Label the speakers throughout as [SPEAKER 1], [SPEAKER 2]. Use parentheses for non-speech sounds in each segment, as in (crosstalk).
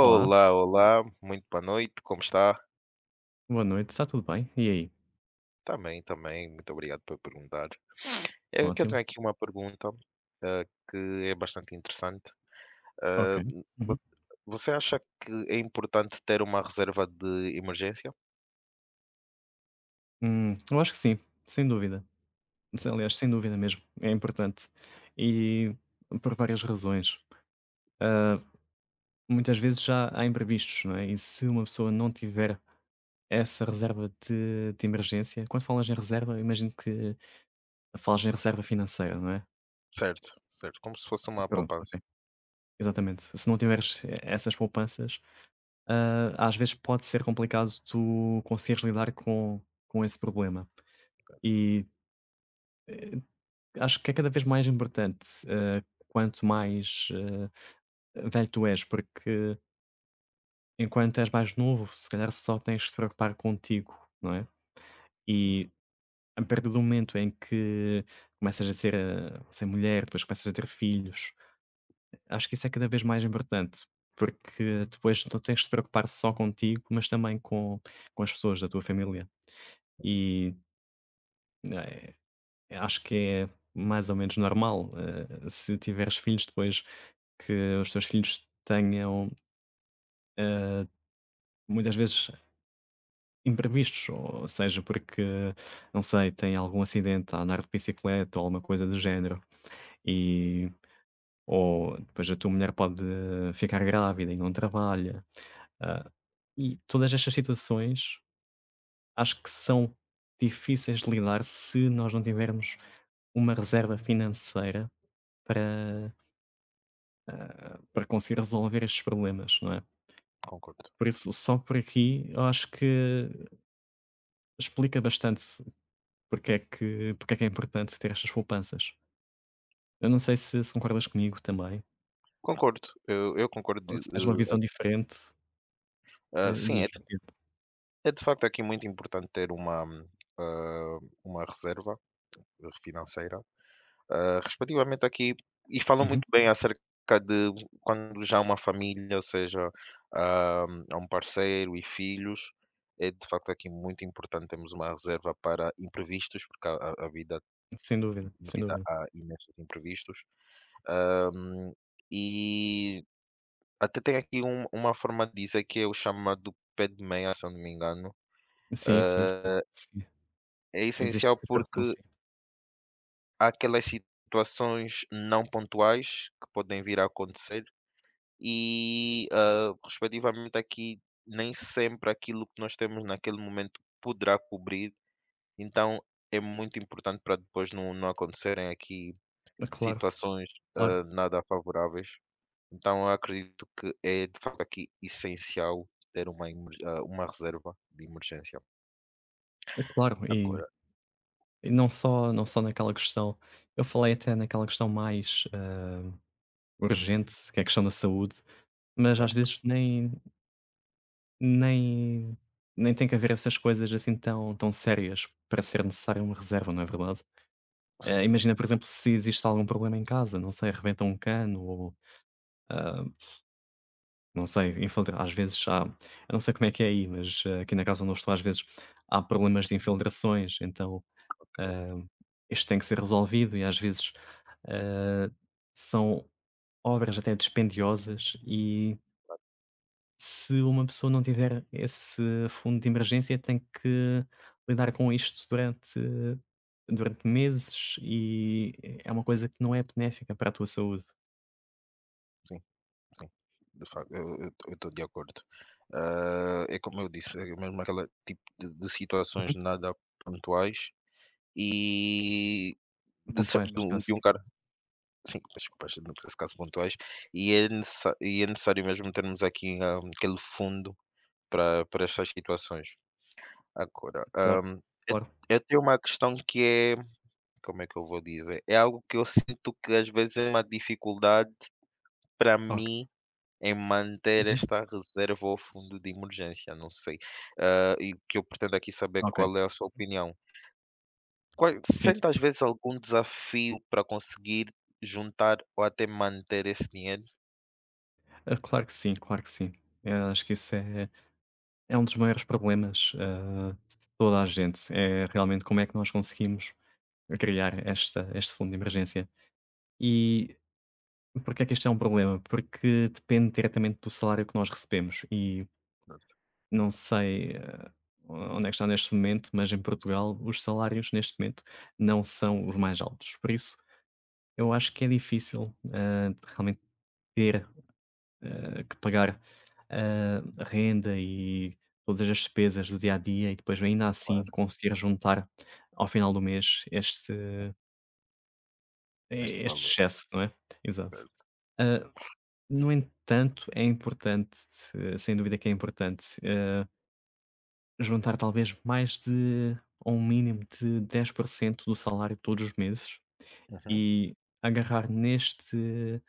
[SPEAKER 1] Olá,
[SPEAKER 2] olá, muito boa noite, como está?
[SPEAKER 1] boa noite, está tudo bem? E aí?
[SPEAKER 2] Também, também, muito obrigado por perguntar. É que eu
[SPEAKER 1] Ótimo,
[SPEAKER 2] tenho aqui uma pergunta, ah, que é bastante interessante. Ah,
[SPEAKER 1] ok. Uhum.
[SPEAKER 2] vo- Você acha que é importante ter uma reserva de emergência?
[SPEAKER 1] Eu acho que sim, sem dúvida.
[SPEAKER 2] Uhum.
[SPEAKER 1] Aliás, sem dúvida mesmo, é importante. E por várias razões. Muitas vezes já há imprevistos, não é? E se uma pessoa não tiver essa reserva de emergência, quando falas em reserva, eu imagino que falas em reserva financeira, não é?
[SPEAKER 2] Certo, certo, como se fosse uma
[SPEAKER 1] Pronto,
[SPEAKER 2] poupança,
[SPEAKER 1] ok. Exatamente. Se não tiveres essas poupanças, às vezes pode ser complicado tu conseguires lidar com esse problema. E acho que é cada vez mais importante, quanto mais, velho tu és, porque enquanto és mais novo, se calhar só tens de te preocupar contigo, não é? E a partir do momento em que começas a ter, ser mulher, depois começas a ter filhos, acho que isso é cada vez mais importante, porque depois não tens de te preocupar só contigo, mas também com as pessoas da tua família. E eh, acho que é mais ou menos normal, se tiveres filhos depois que os teus filhos tenham muitas vezes imprevistos, ou seja, porque, não sei, tem algum acidente a andar de bicicleta ou alguma coisa do género, e ou depois a tua mulher pode ficar grávida e não trabalha. Ah, e todas estas situações acho que são difíceis de lidar se nós não tivermos uma reserva financeira para, para conseguir resolver estes problemas, não é?
[SPEAKER 2] concordo.
[SPEAKER 1] Por isso, só por aqui, eu acho que explica bastante porque é que é importante ter estas poupanças. Eu não sei se se concordas comigo também,
[SPEAKER 2] Concordo, eu concordo.
[SPEAKER 1] ou se tens uma visão diferente,
[SPEAKER 2] Sim,
[SPEAKER 1] diz, diz.
[SPEAKER 2] é de facto aqui muito importante ter uma, ah, uma reserva financeira. Ah, respectivamente aqui e falam
[SPEAKER 1] Uhum.
[SPEAKER 2] muito bem acerca de quando já há uma família, ou seja, há um parceiro e filhos, é de facto aqui muito importante termos uma reserva para imprevistos, porque a vida
[SPEAKER 1] Sem dúvida,
[SPEAKER 2] na
[SPEAKER 1] sem
[SPEAKER 2] vida
[SPEAKER 1] dúvida.
[SPEAKER 2] há imensos imprevistos. Ah, e até tem aqui uma forma de dizer que é o chamado pé de meia, se eu não me engano.
[SPEAKER 1] Sim, sim, sim, sim.
[SPEAKER 2] É
[SPEAKER 1] Existe
[SPEAKER 2] essencial
[SPEAKER 1] essa
[SPEAKER 2] porque
[SPEAKER 1] expressão, sim.
[SPEAKER 2] há aquelas situações não pontuais que podem vir a acontecer e, respectivamente aqui, nem sempre aquilo que nós temos naquele momento poderá cobrir, então é muito importante para depois não acontecerem aqui
[SPEAKER 1] É claro,
[SPEAKER 2] situações,
[SPEAKER 1] claro.
[SPEAKER 2] nada favoráveis. Então eu acredito que é de facto aqui essencial ter uma reserva de emergência.
[SPEAKER 1] É claro,
[SPEAKER 2] Agora
[SPEAKER 1] e não só não só naquela questão eu falei até naquela questão mais,
[SPEAKER 2] uhum,
[SPEAKER 1] urgente, que é a questão da saúde, mas às
[SPEAKER 2] certo,
[SPEAKER 1] vezes nem nem nem tem que haver essas coisas assim tão tão sérias para ser necessária uma reserva, não é verdade?
[SPEAKER 2] sim,
[SPEAKER 1] Imagina, por exemplo, se existe algum problema em casa, não sei, arrebenta um cano ou, ah, não sei, infiltra às vezes há eu não sei como é que é aí, mas aqui na casa onde eu estou às vezes há problemas de infiltrações, então,
[SPEAKER 2] ok,
[SPEAKER 1] ah, isto tem que ser resolvido e às vezes, ah, são obras até dispendiosas e se uma pessoa não tiver esse fundo de emergência, tem que lidar com isto durante durante meses e é uma coisa que não é benéfica para a tua saúde.
[SPEAKER 2] sim. Sim, de facto, eu estou de acordo. Ah, é como eu disse, é mesmo aquele tipo de situações
[SPEAKER 1] Uhum.
[SPEAKER 2] nada pontuais e de,
[SPEAKER 1] Pontuais,
[SPEAKER 2] de
[SPEAKER 1] neste caso,
[SPEAKER 2] de um
[SPEAKER 1] sim.
[SPEAKER 2] cara, sim, desculpa, não precisa ser caso pontuais, e é, e é necessário mesmo termos aqui aquele fundo para, para estas situações. Agora,
[SPEAKER 1] Claro,
[SPEAKER 2] eu
[SPEAKER 1] claro.
[SPEAKER 2] eu tenho uma questão que é, como é que eu vou dizer? É algo que eu sinto que às vezes é uma dificuldade para
[SPEAKER 1] Ok.
[SPEAKER 2] mim em manter
[SPEAKER 1] Uhum.
[SPEAKER 2] esta reserva ou fundo de emergência, não sei. E o que eu pretendo aqui saber
[SPEAKER 1] Ok.
[SPEAKER 2] qual é a sua opinião. Qual,
[SPEAKER 1] Sim.
[SPEAKER 2] sente às vezes algum desafio para conseguir juntar ou até manter esse dinheiro?
[SPEAKER 1] Claro que sim, claro que sim. Acho que isso é é um dos maiores problemas, de toda a gente. É realmente como é que nós conseguimos criar esta este fundo de emergência. E porque é que isto é um problema? Porque depende diretamente do salário que nós recebemos e não sei, onde é que está neste momento, mas em Portugal os salários neste momento não são os mais altos. Por isso, eu acho que é difícil, realmente ter, que pagar, renda e todas as despesas do dia a dia e depois ainda assim
[SPEAKER 2] Claro,
[SPEAKER 1] conseguir juntar ao final do mês este
[SPEAKER 2] este
[SPEAKER 1] este
[SPEAKER 2] valor.
[SPEAKER 1] excesso, não é? Exato.
[SPEAKER 2] Certo.
[SPEAKER 1] Eh, No entanto, é importante, se sem dúvida que é importante, juntar talvez mais de a um mínimo de 10% do salário todos os meses
[SPEAKER 2] Uhum,
[SPEAKER 1] e agarrar neste,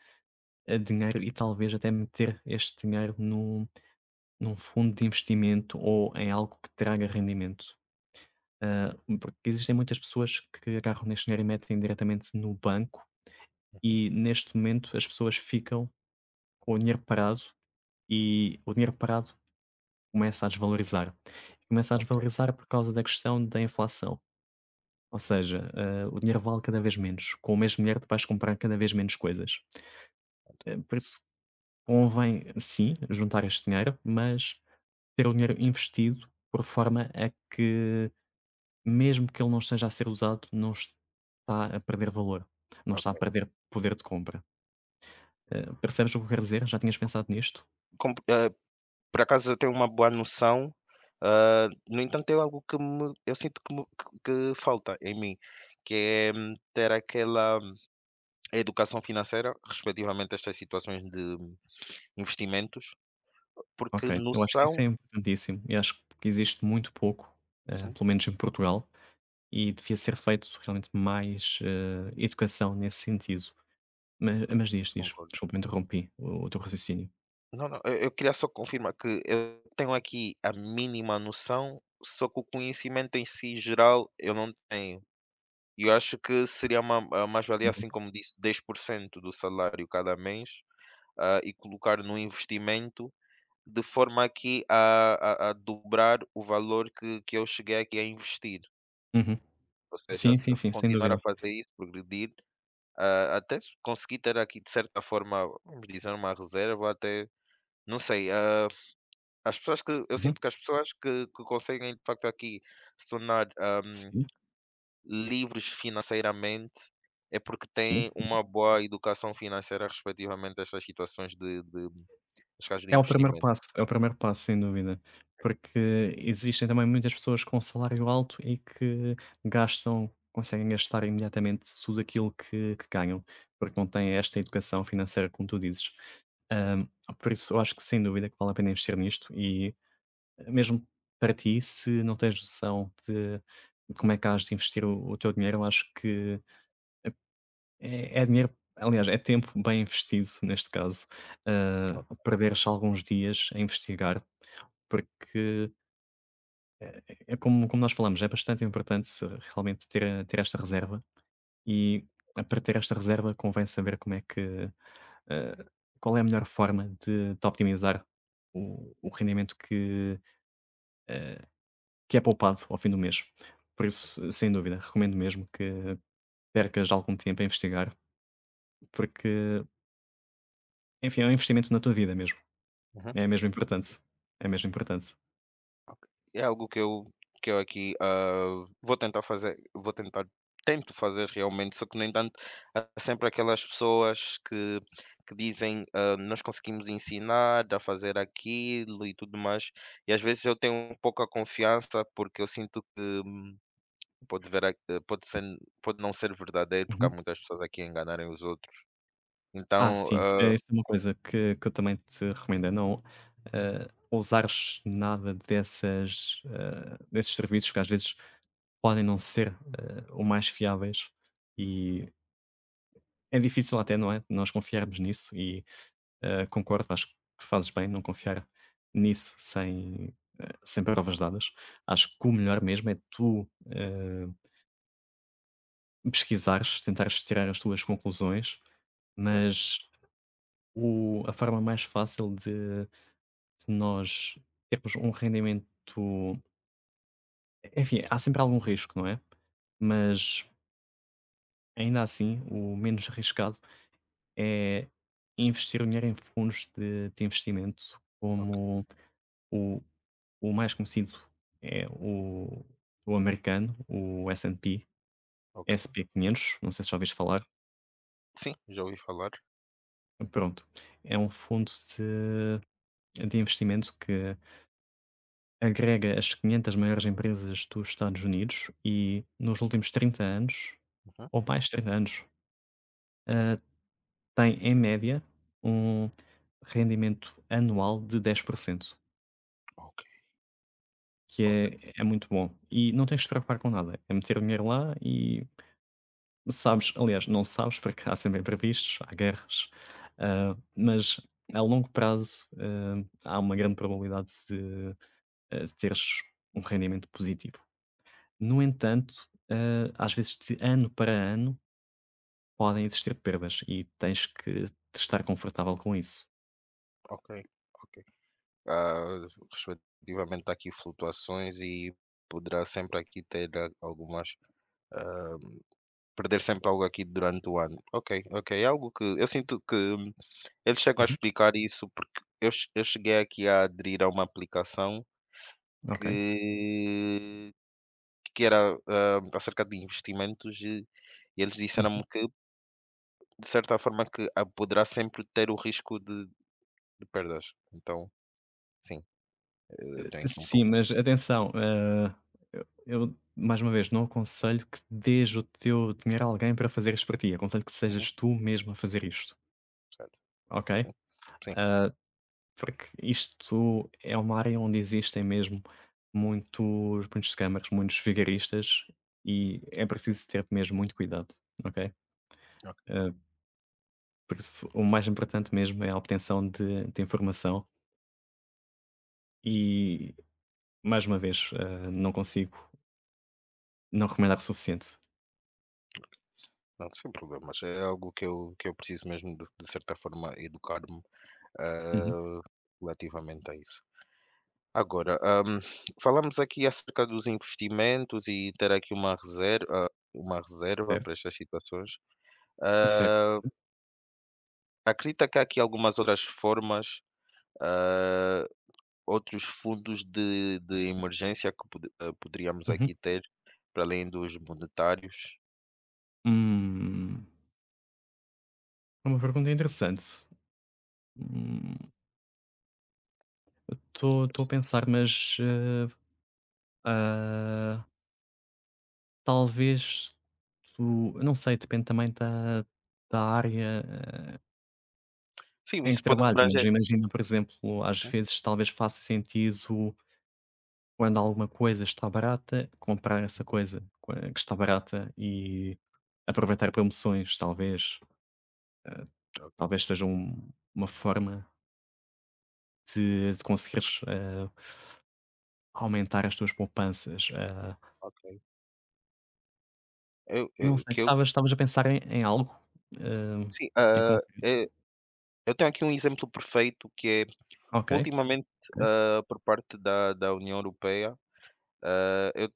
[SPEAKER 1] dinheiro e talvez até meter este dinheiro num fundo de investimento ou em algo que traga rendimento. Ah, Porque existem muitas pessoas que agarram neste dinheiro e metem diretamente no banco
[SPEAKER 2] uhum,
[SPEAKER 1] e, neste momento, as pessoas ficam com o dinheiro parado e o dinheiro parado começa a desvalorizar. Começa a
[SPEAKER 2] ok,
[SPEAKER 1] desvalorizar por causa da questão da inflação. Ou seja, o dinheiro vale cada vez menos. Com o mesmo dinheiro tu vais comprar cada vez menos coisas. Por isso convém, sim, juntar este dinheiro, mas ter o dinheiro investido por forma a que, mesmo que ele não esteja a ser usado, não está a perder valor. Não está a
[SPEAKER 2] ok.
[SPEAKER 1] perder poder de compra. Percebes o que eu quero dizer? Já tinhas pensado nisto?
[SPEAKER 2] Com- eh, Por acaso eu tenho uma boa noção, no entanto é algo que me eu sinto que me que falta em mim, que é ter aquela educação financeira respectivamente a estas situações de investimentos, porque
[SPEAKER 1] Ok. Eu acho que isso
[SPEAKER 2] noção
[SPEAKER 1] é importantíssimo. Eu acho que existe muito pouco,
[SPEAKER 2] uhum,
[SPEAKER 1] pelo menos em Portugal, e devia ser feito realmente mais, educação nesse sentido. Mas diz, diz,
[SPEAKER 2] concordo.
[SPEAKER 1] desculpa, interrompi o teu raciocínio.
[SPEAKER 2] Não, não, eu queria só confirmar que eu tenho aqui a mínima noção, só que o conhecimento em si geral eu não tenho. E eu acho que seria uma a mais-valia,
[SPEAKER 1] Uhum,
[SPEAKER 2] assim como disse, 10% do salário cada mês e colocar no investimento de forma aqui a dobrar o valor que eu cheguei aqui a investir.
[SPEAKER 1] uhum.
[SPEAKER 2] Ou seja,
[SPEAKER 1] Sim, sim, sim, sem
[SPEAKER 2] continuar a
[SPEAKER 1] dúvida.
[SPEAKER 2] fazer isso, progredir, até se conseguir ter aqui, de certa forma, vamos dizer, uma reserva, até, não sei, as pessoas eu
[SPEAKER 1] Uhum.
[SPEAKER 2] sinto que as pessoas que conseguem, de facto, aqui se tornar
[SPEAKER 1] Sim,
[SPEAKER 2] livres financeiramente, é porque
[SPEAKER 1] sim.
[SPEAKER 2] têm uma boa educação financeira respectivamente a estas situações de os casos de
[SPEAKER 1] É o primeiro
[SPEAKER 2] investimento.
[SPEAKER 1] passo, é o primeiro passo, sem dúvida.
[SPEAKER 2] É.
[SPEAKER 1] Porque existem também muitas pessoas com salário alto e que gastam conseguem gastar imediatamente tudo aquilo que ganham, porque não têm esta educação financeira como tu dizes.
[SPEAKER 2] Certo,
[SPEAKER 1] Hã, por isso eu acho que sem dúvida que vale a pena investir nisto e mesmo para ti, se não tens noção de como é que hás de investir o teu dinheiro, eu acho que é dinheiro aliás, é tempo bem investido neste caso,
[SPEAKER 2] top,
[SPEAKER 1] perderes alguns dias a investigar, porque é como nós falamos, é bastante importante realmente ter esta reserva e para ter esta reserva convém saber como é que, hã, qual é a melhor forma de optimizar o rendimento que, ah, que é poupado ao fim do mês. Por
[SPEAKER 2] certo.
[SPEAKER 1] isso, sem dúvida, recomendo mesmo que percas algum tempo a investigar, porque, enfim, é um investimento na tua vida mesmo.
[SPEAKER 2] Uhum.
[SPEAKER 1] É mesmo importante. É mesmo importante.
[SPEAKER 2] É algo que eu aqui, vou tentar tento fazer realmente, só que no entanto há sempre aquelas pessoas que dizem, hã: "Nós conseguimos ensinar a fazer aquilo e tudo mais", e às vezes eu tenho pouca confiança, porque eu sinto que pode ver a pode ser pode não ser verdadeiro, porque há
[SPEAKER 1] Uhum.
[SPEAKER 2] muitas pessoas aqui a enganarem os outros. Então,
[SPEAKER 1] Sim,
[SPEAKER 2] hã
[SPEAKER 1] isso é uma coisa que eu também te recomendo, é não, usares nada dessas, desses serviços que às vezes podem não ser, o mais fiáveis e é difícil até, não é, nós confiarmos nisso e concordo, acho que fazes bem não confiar nisso sem provas dadas. Acho que o melhor mesmo é tu pesquisares, tentares tirar as tuas conclusões,
[SPEAKER 2] certo,
[SPEAKER 1] mas a forma mais fácil de, nós termos um rendimento. Enfim, há sempre algum risco, não é? Mas ainda assim, o menos arriscado é investir o dinheiro em fundos de investimento
[SPEAKER 2] ok,
[SPEAKER 1] como o. O mais conhecido é o americano, o S&P
[SPEAKER 2] ok.
[SPEAKER 1] sp 500. Não sei se já ouviste falar.
[SPEAKER 2] Sim, já ouvi falar.
[SPEAKER 1] Pronto, é um fundo de investimento que agrega as 500 maiores empresas dos Estados Unidos e nos últimos 30 anos,
[SPEAKER 2] Uhum.
[SPEAKER 1] ou mais de 30 anos, hã, tem em média um rendimento anual de 10%,
[SPEAKER 2] Ok,
[SPEAKER 1] que
[SPEAKER 2] ok,
[SPEAKER 1] é muito bom. E não tens de te preocupar com nada, é meter dinheiro lá e sabes aliás, não sabes, porque há sempre imprevistos, há guerras, mas a longo prazo, há uma grande probabilidade de, teres um rendimento positivo. No entanto, às vezes de ano para ano podem existir perdas e tens que te estar confortável com isso.
[SPEAKER 2] ok, ok. Ah, respectivamente há aqui flutuações e poderá sempre aqui ter a algumas perder sempre algo aqui durante o ano. Ok, ok, é algo que eu sinto que eles chegam a
[SPEAKER 1] Uhum,
[SPEAKER 2] explicar isso, porque eu cheguei aqui a aderir a uma aplicação
[SPEAKER 1] ok.
[SPEAKER 2] que que era, acerca de investimentos e eles
[SPEAKER 1] Uhum.
[SPEAKER 2] disseram-me que, de certa forma, que poderá sempre ter o risco de perdas. Então, sim, eu tenho aqui um
[SPEAKER 1] Sim,
[SPEAKER 2] pouco.
[SPEAKER 1] mas atenção, eu mais uma vez não aconselho que dês o teu dinheiro a alguém para fazer isto para ti, aconselho que
[SPEAKER 2] Uhum,
[SPEAKER 1] sejas tu mesmo a fazer isto,
[SPEAKER 2] certo.
[SPEAKER 1] ok?
[SPEAKER 2] Sim, sim.
[SPEAKER 1] Ah, Porque isto é uma área onde existem mesmo muitos, muitos scammers, muitos vigaristas e é preciso ter mesmo muito cuidado, ok?
[SPEAKER 2] Ok.
[SPEAKER 1] Ah, por isso, o mais importante mesmo é a obtenção de informação e, mais uma vez, não consigo não recomendar o suficiente.
[SPEAKER 2] Não, sem problemas. É algo que eu preciso mesmo de certa forma educar-me,
[SPEAKER 1] Uhum.
[SPEAKER 2] ah, relativamente a isso. Agora, hum, falamos aqui acerca dos investimentos e ter aqui uma reserva
[SPEAKER 1] Certo,
[SPEAKER 2] para estas situações.
[SPEAKER 1] certo.
[SPEAKER 2] Ah, Acredita que há aqui algumas outras formas ah, outros fundos de emergência que poderíamos
[SPEAKER 1] Uhum.
[SPEAKER 2] aqui ter, para além dos monetários.
[SPEAKER 1] Hum, é uma pergunta interessante. Estou a pensar, mas ah, talvez tu eu não sei, depende também da área,
[SPEAKER 2] Sim,
[SPEAKER 1] em
[SPEAKER 2] isso
[SPEAKER 1] que
[SPEAKER 2] pode
[SPEAKER 1] trabalhes, mas
[SPEAKER 2] abranger.
[SPEAKER 1] imagina, por exemplo, às
[SPEAKER 2] Uhum,
[SPEAKER 1] vezes talvez faça sentido, quando alguma coisa está barata, comprar essa
[SPEAKER 2] uhum,
[SPEAKER 1] coisa qua que está barata e aproveitar promoções, talvez.
[SPEAKER 2] ok.
[SPEAKER 1] Talvez seja uma forma de conseguires, aumentar as tuas poupanças.
[SPEAKER 2] Ok. Eu,
[SPEAKER 1] Não
[SPEAKER 2] eu,
[SPEAKER 1] sei,
[SPEAKER 2] que eu,
[SPEAKER 1] estavas a pensar em algo, hã,
[SPEAKER 2] sim,
[SPEAKER 1] em concreto?
[SPEAKER 2] eu tenho aqui um exemplo perfeito que é,
[SPEAKER 1] Ok,
[SPEAKER 2] ultimamente,
[SPEAKER 1] ok.
[SPEAKER 2] por parte da União Europeia, eu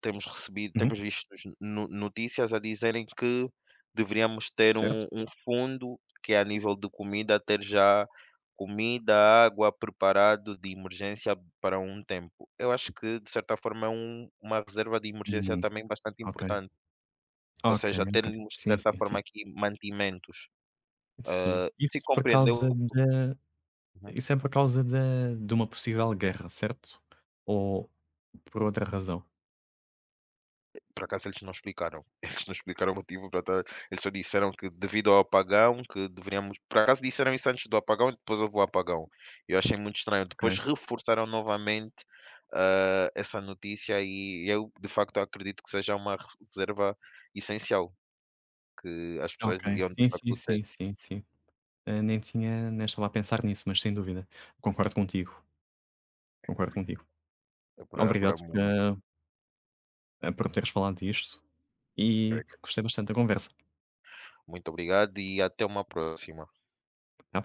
[SPEAKER 1] Uhum,
[SPEAKER 2] temos visto no notícias a dizerem que deveríamos ter
[SPEAKER 1] certo.
[SPEAKER 2] um fundo que é a nível de comida ter já comida, água preparado de emergência para um tempo. Eu acho que de certa forma é uma reserva de emergência
[SPEAKER 1] Hum.
[SPEAKER 2] também bastante
[SPEAKER 1] Ok,
[SPEAKER 2] importante, ou
[SPEAKER 1] ok,
[SPEAKER 2] seja,
[SPEAKER 1] ok.
[SPEAKER 2] termos de
[SPEAKER 1] Sim,
[SPEAKER 2] certa
[SPEAKER 1] sim,
[SPEAKER 2] forma
[SPEAKER 1] sim.
[SPEAKER 2] aqui mantimentos,
[SPEAKER 1] Sim.
[SPEAKER 2] se compreendeu uhum.
[SPEAKER 1] Isso é por causa da de uma possível guerra, certo? Ou por outra razão?
[SPEAKER 2] Por acaso eles não explicaram. (laughs) Eles não explicaram o motivo para estar. Eles só disseram que devido ao apagão, que deveríamos. Por acaso disseram isso antes do apagão e depois houve o apagão. Eu achei muito estranho.
[SPEAKER 1] Ok,
[SPEAKER 2] Depois reforçaram novamente essa notícia e eu de facto acredito que seja uma reserva essencial que as pessoas
[SPEAKER 1] ok.
[SPEAKER 2] deviam de
[SPEAKER 1] Sim, sim,
[SPEAKER 2] facto ter
[SPEAKER 1] sim, sim, sim. Nem tinha nem estava a pensar nisso, mas sem dúvida. Concordo contigo, concordo contigo.
[SPEAKER 2] para, para o
[SPEAKER 1] Obrigado por,
[SPEAKER 2] momento.
[SPEAKER 1] por me teres falado disto
[SPEAKER 2] Ok,
[SPEAKER 1] e
[SPEAKER 2] ok.
[SPEAKER 1] gostei bastante da conversa.
[SPEAKER 2] Muito obrigado e até uma próxima.
[SPEAKER 1] Até à